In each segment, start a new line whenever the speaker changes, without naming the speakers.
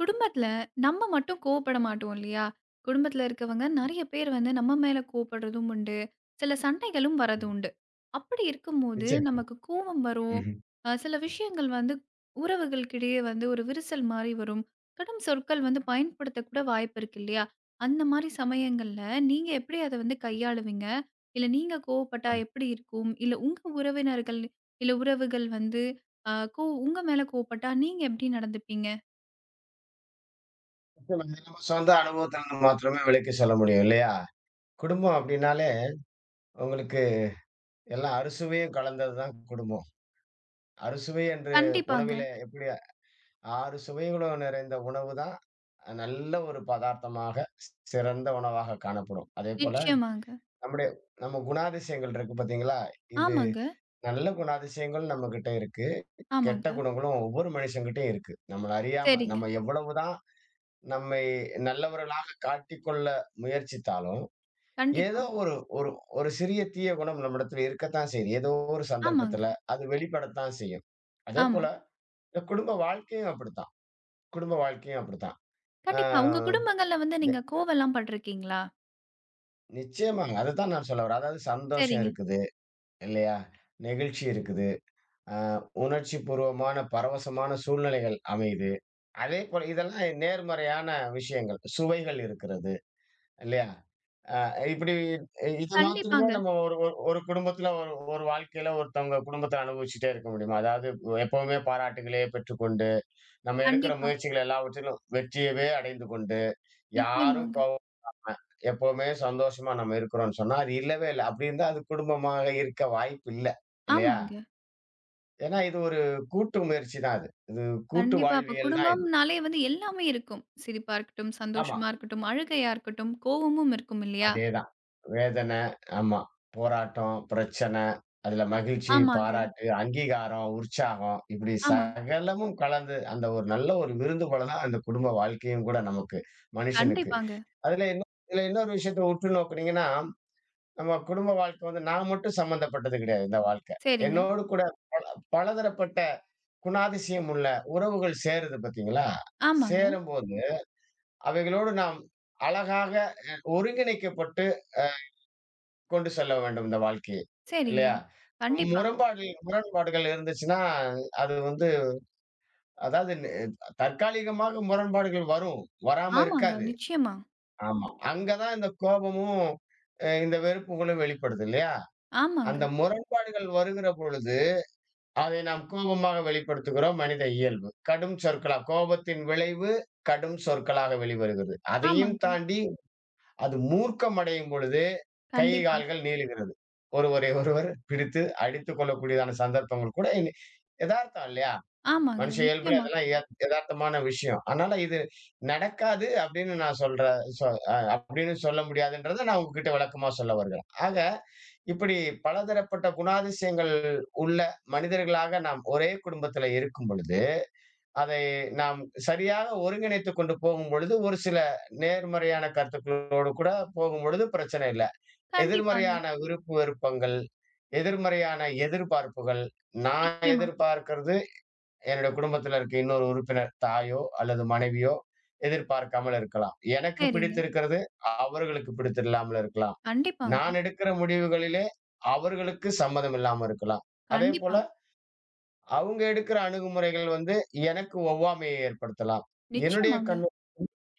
குடும்பத்துல நம்ம மட்டும் கோவப்பட மாட்டோம் இல்லையா? குடும்பத்துல இருக்கவங்க நெறைய பேர் நம்ம மேல கோவப்படுறதும் உண்டு. சில சண்டைகளும் வரது உண்டு. அப்படி இருக்கும்போது
நிச்சயமா.
நமக்கு கோவம் வரும்.
ம்ஹ்ம்.
சில விஷயங்கள் உறவுகளுக்கிடையே ஒரு விரிசல் மாரி வரும். கடும் சொற்கள் பயன்படுத்தக் கூட வாய்ப்பு இருக்கு இல்லையா? அந்த மாரி சமயங்கள்ல நீங்க எப்படி அத கையாளுவீங்க? இல்ல நீங்க கோவப்பட்டா
ஆமா.
எப்படி இருக்கும்? இல்ல உங்க உறவினர்கள் இல்ல உறவுகள் வந்து அ கோ உங்க மேல கோவப்பட்டா நீங்க எப்படி நடந்துப்பீங்க?
நிச்சயமா. இது நம்ம சொந்த அனுபவத்திலிருந்து மாத்திரமே விலக்கி சொல்ல முடியும் இல்லையா? குடும்பம் அப்படின்னாலே உங்களுக்கு எல்லா அறுசுவையும் கலந்தது தான் குடும்பம். அறுசுவை என்று
கண்டிப்பாங்க.
உணவிலே எப்படி 6 சுவைகளும் நிறைந்த உணவு தான் நல்ல ஒரு பதார்த்தமாக சிறந்த உணவாக காணப்படும். அதேபோல
நிச்சயமாங்க.
நம்முடைய நம்ம குணாதிசயங்கள் இருக்கு பார்த்தீங்களா? இது
ஆமாங்க,
நல்ல குணாதிசயங்கள் நம்மகிட்ட இருக்கு. கெட்ட
ஆமாங்க.
குணங்களும் ஒவ்வொரு மனுஷங்கிட்டயும் இருக்கு. நம்மள அறியாம
சரிங்க.
நம்ம எவ்வளவுதான் நம்மை நல்லவர்களாக காட்டிக்கொள்ள முயற்சித்தாலும்,
கண்டிப்பா.
ஏதோ ஒரு ஒரு ஒரு சிறிய தீய குணம் நம்மிடத்துல இருக்கத்தான் செய்யுது. ஏதோ ஒரு
ஆமாங்க.
சந்தர்ப்பத்துல அது வெளிப்படத்தான் செய்யும்.
ஆமா.
அதேபோல இந்த குடும்ப வாழ்க்கையும் அப்படித்தான். குடும்ப வாழ்க்கையும் அப்படித்தான். ஆ
கண்டிப்பா. உங்க குடும்பங்கள்ல
எ
நீங்க கோவம்லாம் பட்டுருக்கீங்களா?
நிச்சயமாங்க. அதத்தான் நான் சொல்ல வரேன். அதாவது சந்தோஷம்
சரிங்க.
இருக்குது இல்லையா? நெகிழ்ச்சி இருக்குது. அ உணர்ச்சி பூர்வமான பரவசமான சூழ்நிலைகள் அமையுது. அதேபோல இதெல்லாம் நேர்மறையான விஷயங்கள். சுவைகள் இருக்கிறது. இல்லையா? அ இப்படி இது மாத்திரமே
கண்டிப்பாங்க.
நம்ம ஒரு ஒரு ஒரு குடும்பத்துல ஒரு ஒரு வாழ்க்கையில ஒருத்தவங்க குடும்பத்த அனுபவிச்சுட்டே இருக்க முடியுமா? அதாவது எப்பவுமே பாராட்டுகளையே பெற்றுக்கொண்டு, நம்ம எடுக்கிற
கண்டிப்பா.
முயற்சிகள் எல்லாவற்றிலும் வெற்றியவே அடைந்து கொண்டு, யாரும்
நிச்சயமாங்க.
கோவ எப்பவுமே சந்தோஷமா நம்ம இருக்கிறோம்ன்னு சொன்னா, அது இல்லவே இல்ல. அப்படி இருந்தா அது குடும்பமாக இருக்க வாய்ப்பு இல்ல. இல்லையா?
ஆமாங்க.
ஏன்னா இது ஒரு கூட்டு முயற்சி தான் அது. இது கூட்டு
கண்டிப்பா. அப்ப
வாழ்வியல் தான் இது.
குடும்பம்னாலே எல்லாமே இருக்கும். சிரிப்பா இருக்கட்டும்,
ஆமா.
சந்தோஷமா இருக்கட்டும், அழுகையா இருக்கட்டும், கோவமும் இருக்கும் இல்லையா?
அதேதான். வேதனை, ஆமா. போராட்டம், பிரச்சனை, அதுல மகிழ்ச்சி,
ஆமாங்க.
பாராட்டு, அங்கீகாரம், உற்சாகம் இப்படி
ஆமா.
சகலமும் கலந்து அந்த ஒரு நல்ல ஒரு விருந்து போல தான் அந்த குடும்ப வாழ்க்கையும் கூட நமக்கு, மனுஷனுக்கு.
கண்டிப்பாங்க.
அதுல இன்னும் இதுல இன்னொரு விஷயத்த உற்று நோக்குனீங்கன்னா, நம்ம குடும்ப வாழ்க்கை வந்து நான் மட்டும் சம்மந்தப்பட்டது கிடையாது இந்த வாழ்க்கை.
சரிங்க.
என்னோடு கூட பலதரப்பட்ட குணாதிசயம் உள்ள உறவுகள் சேருது பார்த்தீங்களா?
ஆமாங்க.
சேரும்போது அவைகளோடு நாம் அழகாக ஒருங்கிணைக்கப்பட்டு கொண்டு செல்ல வேண்டும் இந்த வாழ்க்கையை.
சரிங்க.
இல்லையா?
கண்டிப்பா.
முரண்பாடுகள் இருந்துச்சுன்னா, அது வந்து அதாவது தற்காலிகமாக முரண்பாடுகள் வரும். வராம
ஆமாங்க.
இருக்காது.
நிச்சயமா.
ஆமா. அங்க தான் இந்த கோபமும், இந்த வெறுப்புகளும் வெளிப்படுது இல்லையா?
ஆமாங்க.
அந்த முரண்பாடுகள் வருகிற பொழுது, அதை நாம் கோபமாக வெளிப்படுத்துகிறோம் மனித இயல்பு. கடும் சொற்களா கோபத்தின் விளைவு கடும் சொற்களாக வெளிவருகிறது. அதையும்
ஆமாங்க.
தாண்டி அது மூர்க்கமடையும் பொழுது கை,
கண்டிப்பா.
கால்கள் நீளுகிறது. ஒருவரை ஒருவர் பிடித்து அடித்துக் கொள்ளக்கூடியதான சந்தர்ப்பங்கள் கூட இனி எதார்த்தம் இல்லையா?
ஆமாங்க.
மனுஷ இயல்புல
நிச்சயமா.
இதெல்லாம் எதார்த்தமான விஷயம். அதனால இது நடக்காது அப்படின்னு நான் சொல்ற சொ அ அப்படின்னு சொல்ல முடியாதுன்றத நான் உங்ககிட்ட விளக்கமா சொல்ல வருகிறேன். ஆக இப்படி பலதரப்பட்ட குணாதிசயங்கள் உள்ள மனிதர்களாக நாம் ஒரே குடும்பத்தில இருக்கும் பொழுது அதை நாம் சரியாக ஒருங்கிணைத்துக் கொண்டு போகும்பொழுது, ஒரு சில நேர்மறையான கருத்துக்களோடு கூட போகும்பொழுது பிரச்சனை இல்ல.
கண்டிப்பாங்க.
எதிர்மறையான விருப்பு வெறுப்பங்கள், எதிர்மறையான எதிர்பார்ப்புகள், நான்
நிச்சயமா.
எதிர்பார்க்கிறது என்னுடைய குடும்பத்தில இருக்க இன்னொரு உறுப்பினர் தாயோ அல்லது மனைவியோ எதிர்பார்க்காமல் இருக்கலாம். எனக்கு
சரிங்க.
பிடித்திருக்கிறது அவர்களுக்கு பிடித்தில்லாமல் இருக்கலாம்.
கண்டிப்பாங்க.
நான் எடுக்கிற முடிவுகளிலே அவர்களுக்கு சம்மதம் இல்லாம இருக்கலாம்.
கண்டிப்பா.
அதேபோல அவங்க எடுக்கிற அணுகுமுறைகள் வந்து எனக்கு ஒவ்வாமையை ஏற்படுத்தலாம். என்னுடைய
நிச்சயமாங்க.
கண்ணு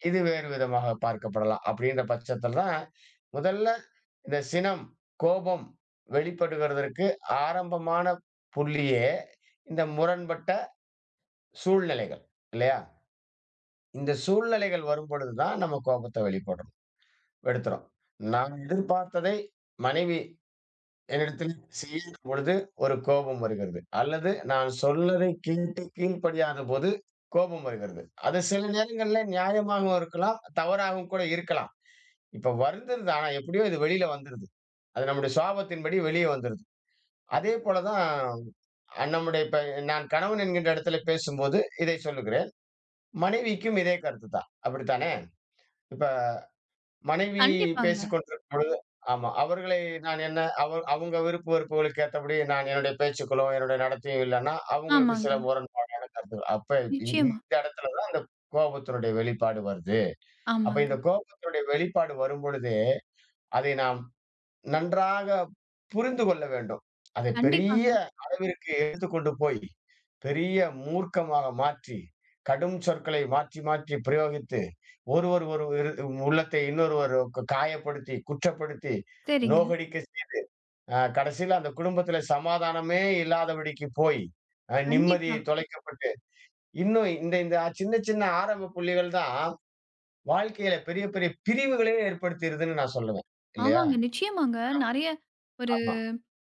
இது வேறு விதமாக பார்க்கப்படலாம். அப்படின்ற பட்சத்துல தான் முதல்ல இந்த சினம், கோபம் வெளிப்படுகிறதற்கு ஆரம்பமான புள்ளியே இந்த முரண்பட்ட சூழ்நிலைகள் இல்லையா? இந்த சூழ்நிலைகள் வரும்பொழுது தான் நம்ம கோபத்த வெளிப்படுறோம் எடுத்துறோம். நான் எதிர்பார்த்ததை மனைவி என்னிடத்தில் செய்யும் பொழுது ஒரு கோபம் வருகிறது. அல்லது நான் சொன்னதை கேட்டு கீழ்ப்படியாதபோது கோபம் வருகிறது. அது சில நேரங்கள்ல நியாயமாகவும் இருக்கலாம், தவறாகவும் கூட இருக்கலாம். இப்ப வருந்துருது. ஆனா எப்படியோ இது வெளியில வந்துருது. அது நம்முடைய சுவாபத்தின்படி வெளிய வந்துருது. அதே போல தான் நம்முடைய இப்ப நான் கணவன் என்கின்ற இடத்துல பேசும்போது இதை சொல்லுகிறேன். மனைவிக்கும் இதே கருத்து தான். அப்படித்தானே? இப்ப மனைவி
கண்டிப்பாங்க.
பேசிக் கொண்டிருக்கும் பொழுது ஆமா. அவர்களை நான் என்ன அவங்க விருப்பு வெறுப்புகளுக்கு ஏத்தபடி நான் என்னுடைய பேச்சுக்களோ, என்னுடைய நடத்தையும் இல்லன்னா, அவங்களுக்கு சில
ஆமாங்க.
முரண்பாடான கருத்துக்கள். அப்ப
நிச்சயமா.
இந்த இடத்துல தான் அந்த கோபத்தினுடைய வெளிப்பாடு வருது. அப்ப
ஆமாங்க.
இந்த கோபத்தினுடைய வெளிப்பாடு வரும்பொழுது, அதை நாம் நன்றாக புரிந்து கொள்ள வேண்டும். அதை பெரிய
கண்டிப்பாங்க.
அளவிற்கு எடுத்துக்கொண்டு போய், பெரிய மூர்க்கமாக மாற்றி, கடும் சொற்களை மாற்றி, மாற்றி பிரயோகித்து, ஒருவர் ஒரு இரு உள்ளத்தை இன்னொருவர் காயப்படுத்தி, குற்றப்படுத்தி,
சரிங்க.
நோகடிக்க செய்து, கடைசியில அந்த குடும்பத்தில சமாதானமே இல்லாதபடிக்கு போய், நிம்மதி
கண்டிப்பா.
தொலைக்கப்பட்டு, இன்னும் இந்த இந்த சின்ன, சின்ன ஆரம்ப புள்ளிகள் தான் வாழ்க்கையில பெரிய, பெரிய பிரிவுகளே ஏற்படுத்திருதுன்னு நான் சொல்லுவேன். இல்லையா?
ஆமாங்க. நிச்சயமாங்க. நெறைய ஒரு
ஆமா.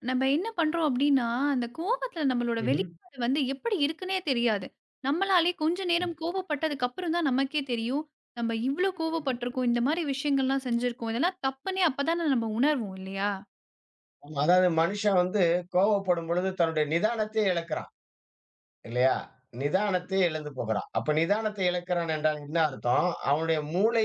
நம்ம என்ன பண்றோம் அப்டின்னா, அந்த கோபத்துல நம்மளோட
ம்ஹ்ம்.
வெளிப்பாடு எப்படி இருக்குன்னே தெரியாது. நம்மளாலே கொஞ்ச நேரம் கோபப்பட்டதுக்கு அப்புறம் தான் நமக்கே தெரியும். நம்ம இவ்ளோ கோவப்பட்டுருக்கோம். இந்த மாரி விஷயங்கள்லாம் செஞ்சிருக்கோம். இதெல்லாம் தப்புன்னே அப்ப தானே நம்ம உணர்வோம் இல்லையா?
ஆமா, அதாவது மனுஷன் வந்து கோவப்படும் பொழுது தன்னுடைய நிதானத்தை இழக்கிறான் இல்லையா? நிதானத்தை இழந்து போகிறான். அப்ப நிதானத்தை இழக்கிறான் என்றால் என்ன அர்த்தம்? அவனுடைய மூளை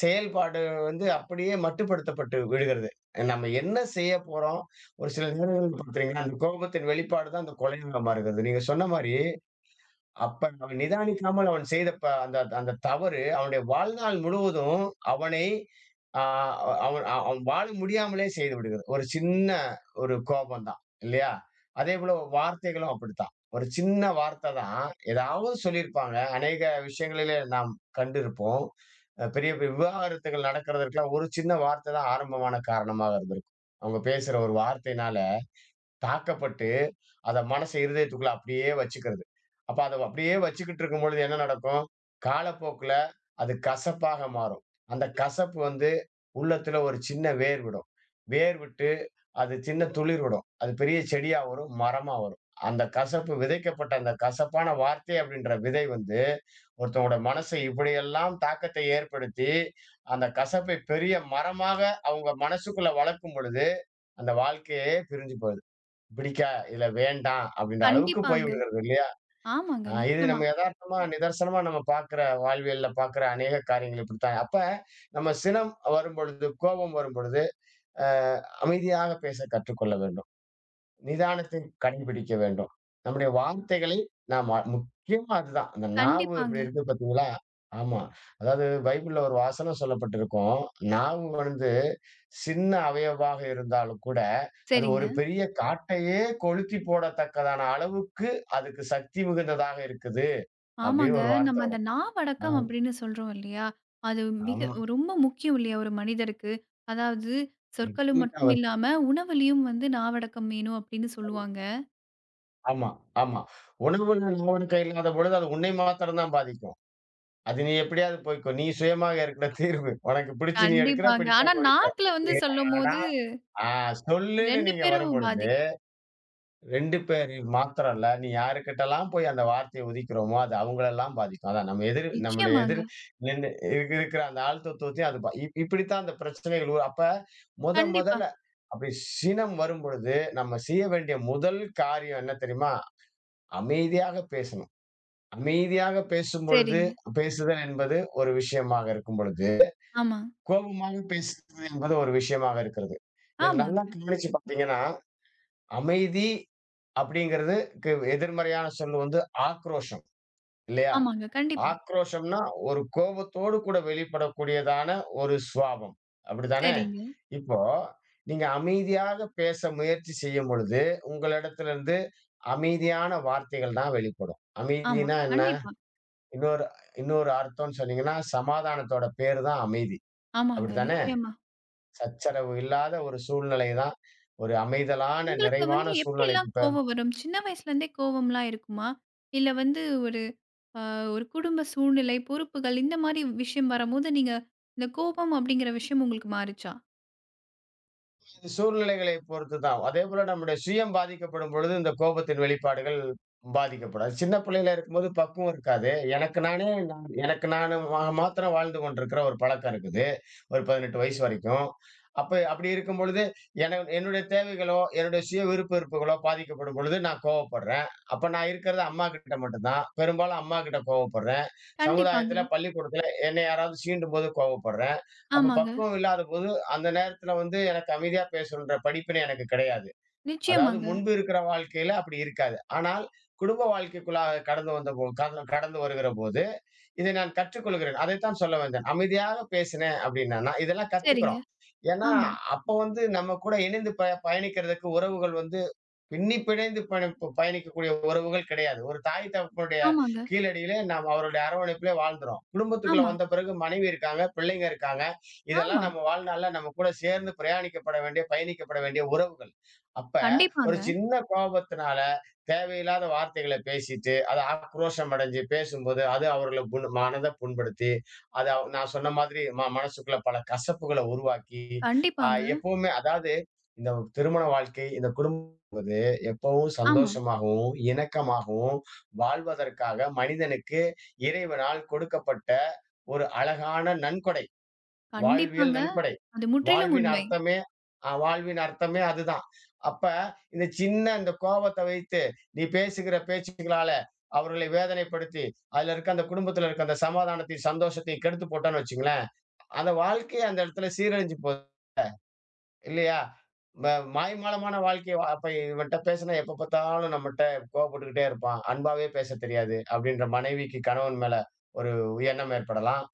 செயல்பாடு வந்து அப்படியே மட்டுப்படுத்தப்பட்டு விடுகிறது. நம்ம என்ன செய்ய போறோம்? ஒரு சில நேரங்கள் பார்த்தீங்கன்னா, அந்த கோபத்தின் வெளிப்பாடு தான் அந்த கொலையாக மாறுகிறது. நீங்க சொன்ன மாரி அப்ப அவன் நிதானிக்காமல் அவன் செய்த ப அந்த அந்த தவறு அவனுடைய வாழ்நாள் முழுவதும் அவனை ஆ அவன் அவ- அவன் வாழ முடியாமலே செய்து விடுகிறது. ஒரு சின்ன ஒரு கோபம் தான் இல்லையா? அதேபோல வார்த்தைகளும் அப்படித்தான். ஒரு சின்ன வார்த்தை தான் ஏதாவது சொல்லியிருப்பாங்க. அநேக விஷயங்களிலே நாம் கண்டிருப்போம். பெரிய பெரிய விவாகரத்துகள் நடக்கிறதற்கெல்லாம் ஒரு சின்ன வார்த்தை தான் ஆரம்பமான காரணமாக இருந்திருக்கும். அவங்க பேசுற ஒரு வார்த்தையினால தாக்கப்பட்டு, அத மனச இருதயத்துக்குள்ள அப்படியே வச்சுக்கிறது. அப்ப அத அப்படியே வச்சுக்கிட்டு இருக்கும்பொழுது என்ன நடக்கும்? காலப்போக்குல அது கசப்பாக மாறும். அந்த கசப்பு வந்து உள்ளத்துல ஒரு சின்ன வேர் விடும். வேர் விட்டு அது சின்ன துளிர் விடும். அது பெரிய செடியா வரும், மரமா வரும். அந்த கசப்பு விதைக்கப்பட்ட அந்த கசப்பான வார்த்தை அப்படின்ற விதை வந்து, ஒருத்தவங்களோட மனசை இப்படியெல்லாம் தாக்கத்தை ஏற்படுத்தி, அந்த கசப்பை பெரிய மரமாக அவங்க மனசுக்குள்ள வளர்க்கும் பொழுது, அந்த வாழ்க்கையே பிரிஞ்சு போயிரும். பிடிக்கா, இல்ல வேண்டாம் அப்படின்ற அளவுக்கு
கண்டிப்பாங்க.
போய்விடுகிறது இல்லையா?
ஆமாங்க.
இது
நிச்சயமா.
நம்ம எதார்த்தமா, நிதர்சனமா நம்ம பார்க்கிற வாழ்வியல்ல பார்க்கிற அநேக காரியங்கள் இப்படித்தான். அப்ப நம்ம சினம் வரும்பொழுது, கோபம் வரும்பொழுது, அ அமைதியாக பேச கற்றுக்கொள்ள வேண்டும். நிதானத்தை கடைபிடிக்க வேண்டும். நம்முடைய வார்த்தைகளை நாம் முக்கியமா அதுதான். அந்த நாவு
கண்டிப்பாங்க.
இப்படி இருக்கு பார்த்தீங்களா? ஆமா. அதாவது பைபிள்ல ஒரு வசனம் சொல்லப்பட்டிருக்கும். நாவு வந்து சின்ன அவயவாக இருந்தாலும் கூட, அது ஒரு
சரிங்க.
பெரிய காட்டையே கொளுத்தி போடத்தக்கதான அளவுக்கு அதுக்கு சக்தி மிகுந்ததாக இருக்குது.
ஆமாங்க.
அப்படின்னு ஒரு வார்த்தை
நம்ம அந்த
வரும். ஆ
நாவடக்கம் அப்படின்னு சொல்றோம் இல்லையா? அது மிக
ஆமா.
ரொம்ப முக்கியம் இல்லையா ஒரு மனிதருக்கு? அதாவது
மிக
சொற்களும்
மிக
மட்டும் இல்லாம, உணவுலயும் நாவடக்கம் வேணும் அப்படின்னு சொல்லுவாங்க.
ஆமா, ஆமா. உணவுல நாவன் கையில்லாத பொழுது அது உன்னை மாத்திரம் தான் பாதிக்கும். அது நீ எப்படியாவது போய்க்கோ. நீ சுயமாக இருக்கிற தீர்வு. உனக்கு பிடிச்சு நீ எடுக்கிற,
கண்டிப்பாங்க. ஆனா
பிடிக்காம இருக்கிற.
நாக்குல
ஏ ஆனா
சொல்லும்போது
ஆ சொல்லுன்னு
2
நீங்க
பேரும்
வரும்பொழுது,
பாதிக்கும்.
2 பேர் மாத்திரம் இல்ல, நீ யாருக்கிட்டலாம் போய் அந்த வார்த்தைய உதிக்கிறோமோ, அது அவங்களெல்லாம் பாதிக்கும். அதான் நம்ம எதிர் நம்முடைய
நிச்சயமாங்க.
எதிர் நின்னு இருக்கிற அந்த ஆள் தத்துவத்தையும் அது பா இப் இப்படித்தான் அந்த பிரச்சனைகள் உரு அப்ப
கண்டிப்பா.
மொதல்ல அப்படி சினம் வரும்பொழுது, நம்ம செய்ய வேண்டிய முதல் காரியம் என்ன தெரியுமா? அமைதியாக பேசணும். அமைதியாக பேசும்பொழுது
சரிங்க.
பேசுதல் என்பது ஒரு விஷயமாக இருக்கும் பொழுது
ஆமா.
கோபமாக பேசுவது என்பது ஒரு விஷயமாக இருக்கிறது. இதில நல்லா
ஆமாங்க.
கவனிச்சு பார்த்தீங்கன்னா, அமைதி அப்படிங்கிறதுக்கு எதிர்மறையான சொல் வந்து ஆக்ரோஷம் இல்லையா?
ஆமாங்க. கண்டிப்பா.
ஆக்ரோஷம்னா ஒரு கோபத்தோடு கூட வெளிப்படக்கூடியதான ஒரு சுவாபம். அப்படித்தானே?
சரிங்க.
இப்போ நீங்க அமைதியாக பேச முயற்சி செய்யும் பொழுது, உங்களிடத்திலிருந்து அமைதியான வார்த்தைகள் தான் வெளிப்படும்.
ஆமா.
அமைதின்னா என்ன?
கண்டிப்பா.
இன்னொரு இன்னொரு அர்த்தம்ன்னு சொன்னீங்கன்னா, சமாதானத்தோட பேரு தான் அமைதி.
ஆமாங்க.
அப்படித்தானே?
நிச்சயமா.
சச்சரவு இல்லாத ஒரு சூழ்நிலை தான். ஒரு அமைதலான,
உங்களுக்கு
நிறைவான சூழ்நிலைக்கு
எப்படிலாம் கோவம் வரும்? சின்ன வயசுல இருந்தே கோவம்லாம் இருக்குமா? இல்ல ஒரு அ ஒரு குடும்ப சூழ்நிலை, பொறுப்புகள் இந்த மாரி விஷயம் வரம்போது, நீங்க இந்த கோபம் அப்படிங்கிற விஷயம் உங்களுக்கு மாறுச்சா?
சூழ்நிலைகளை பொறுத்து தான். அதே போல நம்முடைய சுயம் பாதிக்கப்படும் பொழுது இந்த கோபத்தின் வெளிப்பாடுகள் பாதிக்கப்படும். அது சின்ன பிள்ளையில இருக்கும்போது பக்குவம் இருக்காது. எனக்கு நானே நான் எனக்கு நானு மா மாத்திரம் வாழ்ந்து கொண்டிருக்கிற ஒரு பழக்கம் இருக்குது. ஒரு 18 வயசு வரைக்கும். அப்ப அப்படி இருக்கும் பொழுது என்னுடைய தேவைகளோ, என்னுடைய சுய விருப்ப வெறுப்புகளோ பாதிக்கப்படும் பொழுது நான் கோவப்படுறேன். அப்ப நான் இருக்கிறது அம்மாகிட்ட மட்டும்தான். பெரும்பாலும் அம்மாகிட்ட கோவப்படுறேன்.
கண்டிப்பாங்க.
சமுதாயத்துல, பள்ளிக்கூடத்துல என்னை யாராவது சீண்டும்போது கோவப்படுறேன். அப்ப
ஆமாங்க.
பக்குவம் இல்லாதபோது அந்த நேரத்துல வந்து எனக்கு அமைதியா பேசணுன்ற படிப்பினை எனக்கு கிடையாது. அதாவது
நிச்சயமாங்க.
முன்பு இருக்கிற வாழ்க்கையில அப்படி இருக்காது. ஆனால் குடும்ப வாழ்க்கைக்குள்ளாக கடந்து வந்தபோ கல கடந்து வருகிறபோது, இதை நான் கற்றுக்கொள்கிறேன். அதைத்தான் சொல்ல வந்தேன். அமைதியாக பேசினேன் அப்படின்னா, நான் இதெல்லாம்
சரிங்க.
கத்துக்கிறோம். ஏன்னா,
ஆமா.
அப்ப வந்து நம்ம கூட இணைந்து பயணிக்கிறதுக்கு உறவுகள் வந்து பின்னி பிணைந்து பணி பயணிக்கக்கூடிய உறவுகள் கிடையாது. ஒரு தாய் தகப்பனுடைய
ஆமாங்க.
கீழடியிலே நாம் அவருடைய அரவணைப்பிலே வாழ்ந்துறோம். குடும்பத்துக்குள்ள
ஆமா.
வந்த பிறகு மனைவி இருக்காங்க, பிள்ளைங்க இருக்காங்க. இதெல்லாம்
ஆமா.
நம்ம வாழ்நாள்ல நம்ம கூட சேர்ந்து பிரயாணிக்கப்பட வேண்டிய, பயணிக்கப்பட வேண்டிய உறவுகள். அப்ப ஒரு
கண்டிப்பாங்க.
சின்ன கோபத்தினால தேவையில்லாத வார்த்தைகள பேசிட்டு, அது ஆக்ரோஷம் அடைஞ்சு பேசும்போது, அது அவர்கள புண் மனத புண்படுத்தி, அது நான் சொன்ன மாதிரி மனசுக்குள்ள பல கசப்புகள உருவாக்கி, அ
கண்டிப்பாங்க.
எப்பவுமே அதாவது இந்த திருமண வாழ்க்கை, இந்த குடும்பம் எப்பவும்
ஆமா.
சந்தோஷமாகவும், இணக்கமாகவும் வாழ்வதற்காக மனிதனுக்கு இறைவனால் கொடுக்கப்பட்ட ஒரு அழகான நன்கொடை. வாழ்வியல்
கண்டிப்பாங்க.
நன்கொடை.
அது முற்றிலும்
வாழ்வின்
உண்மை.
அர்த்தமே வாழ்வின் அர்த்தமே அதுதான். அப்ப இந்த சின்ன இந்த கோபத்த வைத்து, நீ பேசுகிற பேச்சுக்களால அவர்களை வேதனைப்படுத்தி, அதுல இருக்க அந்த குடும்பத்துல இருக்க அந்த சமாதானத்தையும், சந்தோஷத்தையும் கெடுத்து போட்டோம்ன்னு வச்சுக்கங்களேன், அந்த வாழ்க்கையே அந்த இடத்துல சீரழிஞ்சு போது. இல்லையா? ம மாய்மாலமான வாழ்க்கை அப்ப இவன்ட்ட பேசினா எப்ப பார்த்தாலும் நம்மட்ட கோவப்பட்டுக்கிட்டே இருப்பான். அன்பாவே பேசத் தெரியாது. அப்படின்ற மனைவிக்கு கணவன் மேல ஒரு எண்ணம் ஏற்படலாம்.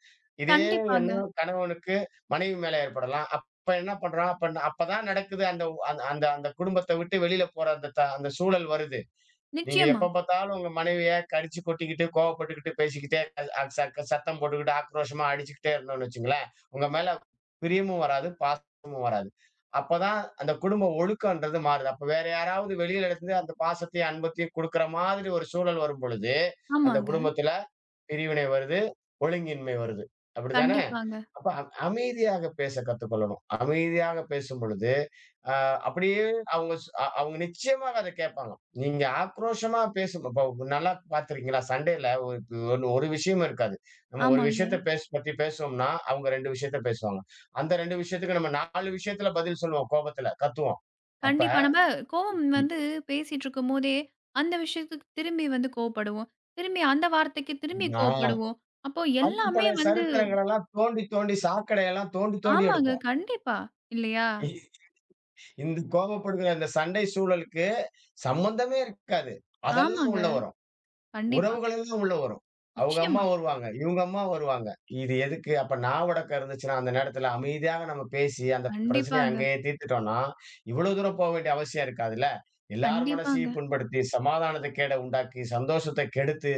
இதே
கண்டிப்பாங்க.
எண்ணம் கணவனுக்கு மனைவி மேல ஏற்படலாம். அப்ப என்ன பண்றான்? அப்பதான் நடக்குது அந்த அந்த குடும்பத்த விட்டு வெளியில போற அந்த சூழல் வருது. நீங்க
நிச்சயமா.
எப்ப பார்த்தாலும் உங்க மனைவிய கடிச்சு கொட்டிக்கிட்டு, கோவப்பட்டுக்கிட்டு, பேசிக்கிட்டே அது அது சக்க சத்தம் போட்டுக்கிட்டு, ஆக்ரோஷமா அடிச்சுக்கிட்டே இருந்தோம்னு வச்சுங்களேன், உங்க மேல பிரியமும் வராது, பாசமும் வராது. அப்பதான் அந்த குடும்ப ஒழுக்கம்ன்றது மாறுது. அப்ப வேற யாராவது வெளியில இருந்து அந்த பாசத்தையும், அன்பத்தையும் குடுக்குற மாதிரி ஒரு சூழல் வரும்பொழுது, அந்த
ஆமாங்க.
குடும்பத்தில பிரிவினை வருது, ஒழுங்கின்மை வருது. அப்படித்தானே?
கண்டிப்பாங்க.
அப்ப அமைதியாக பேச கத்துக்கொள்ளணும். அமைதியாக பேசும் பொழுது, அ அப்படியே அவங்க ஸ் அ அவங்க நிச்சயமாக அத கேட்பாங்க. நீங்க ஆக்ரோஷமா பேசும் இப்ப நல்லா பார்த்திருக்கீங்களா? சண்டையில ஒரு விஷயமும் இருக்காது. நம்ம ஒரு
ஆமாங்க.
விஷயத்த பத்தி பேசுவோம்னா, அவங்க 2 விஷயத்த பேசுவாங்க. அந்த 2 விஷயத்துக்கு நம்ம 4 விஷயத்துல பதில் சொல்லுவோம் கோபத்துல, கத்துவோம். அப்ப
கண்டிப்பா. நம்ம கோவம்
ம்.
பேசிட்டுருக்கும்போதே, அந்த விஷயத்துக்கு திரும்பி வந்து கோவப்படுவோம். திரும்பி அந்த வார்த்தைக்கு திரும்பி
ஆ
கோவப்படுவோம். அப்போ
பழைய
எல்லாமே
பழைய சரித்திரங்கள் எல்லாம் தோண்டி, தோண்டி சாக்கடையெல்லாம் தோண்டி, தோண்டி
ஆமாங்க.
எடுப்போம்.
கண்டிப்பா. இல்லையா?
இ- இந்த கோபப்படுகிற அந்த சண்டை சூழலுக்கு சம்மந்தமே இருக்காது. அதெல்லாம்
ஆமாங்க.
உள்ள வரும்.
கண்டிப்பா.
உறவுகள் எல்லாம் உள்ள வரும். அவங்க அம்மா
நிச்சயமா.
வருவாங்க. இவங்க அம்மா வருவாங்க. இது எதுக்கு? அப்ப நான் உடக்க இருந்துச்சுன்னா, அந்த நேரத்துல அமைதியாக நம்ம பேசி, அந்த பிரச்சனைய
கண்டிப்பாங்க.
அங்கேயே தீர்த்துட்டோம்ன்னா, இவ்வளோ தூரம் போ வேண்டிய அவசியம் இருக்காதுல்ல. எல்லார்
கண்டிப்பாங்க.
மனசையும் புண்படுத்தி, சமாதானத்த கேட உண்டாக்கி, சந்தோஷத்த கெடுத்து,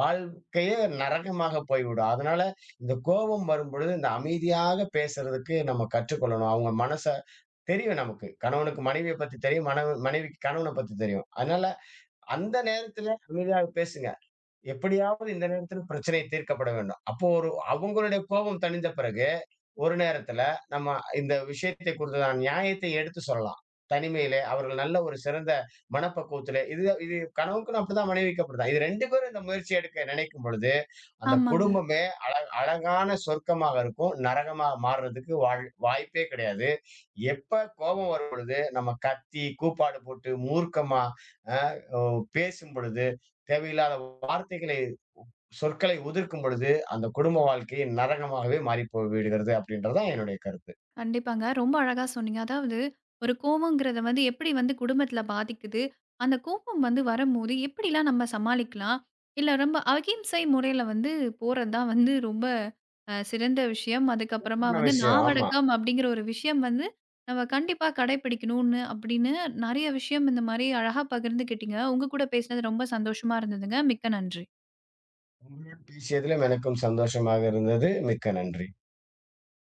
வாழ்க்கையே நரகமாக போய்விடும். அதனால இந்த கோபம் வரும்பொழுது, இந்த அமைதியாக பேசுறதுக்கு நம்ம கற்றுக்கொள்ளணும். அவங்க மனச தெரியும் நமக்கு. கணவனுக்கு மனைவிய பத்தி தெரியும். மனைவிக்கு கணவன பத்தி தெரியும். அதனால அந்த நேரத்துல அமைதியாக பேசுங்க. எப்படியாவது இந்த நேரத்தில் பிரச்சனை தீர்க்கப்பட வேண்டும். அப்போ ஒரு அவங்களுடைய கோபம் தணிந்த பிறகு, ஒரு நேரத்துல நம்ம இந்த விஷயத்தை குறித்ததான நியாயத்தை எடுத்து சொல்லலாம். தனிமையிலே அவர்கள் நல்ல ஒரு சிறந்த மனப்பக்குவத்திலே இது இது கணவனுக்கும் அப்படிதான், மனைவிக்கும் அப்படிதான். இது 2 பேரும் இந்த முயற்சி எடுக்க நினைக்கும் பொழுது, அந்த
ஆமாங்க.
குடும்பமே அழ அழகான சொர்க்கமாக இருக்கும். நரகமா மாறுறதுக்கு வாய்ப்பே கிடையாது. எப்ப கோபம் வரும் பொழுது, நம்ம கத்தி, கூப்பாடு போட்டு, மூர்க்கமா அ ஓ பேசும் பொழுது, தேவையில்லாத வார்த்தைகளை, சொற்களை உதிர்க்கும் பொழுது, அந்த குடும்ப வாழ்க்கையே நரகமாகவே மாறிப் போய்விடுகிறது அப்படின்றது தான் என்னுடைய கருத்து.
கண்டிப்பாங்க. ரொம்ப அழகா சொன்னீங்க. அதாவது ஒரு கோவங்கிறத எப்படி குடும்பத்தில பாதிக்குது? அந்த கோபம் வரும்போது எப்படிலாம் நம்ம சமாளிக்கலாம்? இல்ல ரொம்ப அகிம்சை முறையில போறது தான் ரொம்ப சிறந்த விஷயம். அதுக்கப்புறமா
நல்ல விஷயம். ஆமா.
நாவடக்கம் அப்படிங்கிற ஒரு விஷயம் நம்ம கண்டிப்பா கடைப்பிடிக்கணும்னு அப்படின்னு நெறைய விஷயம் இந்த மாரி அழகா பகிர்ந்துக்கிட்டீங்க. உங்க கூட பேசினது ரொம்ப சந்தோஷமா இருந்ததுங்க. மிக்க நன்றி.
உங்களுடன் பேசியதிலும் எனக்கும் சந்தோஷமாக இருந்தது. மிக்க நன்றி.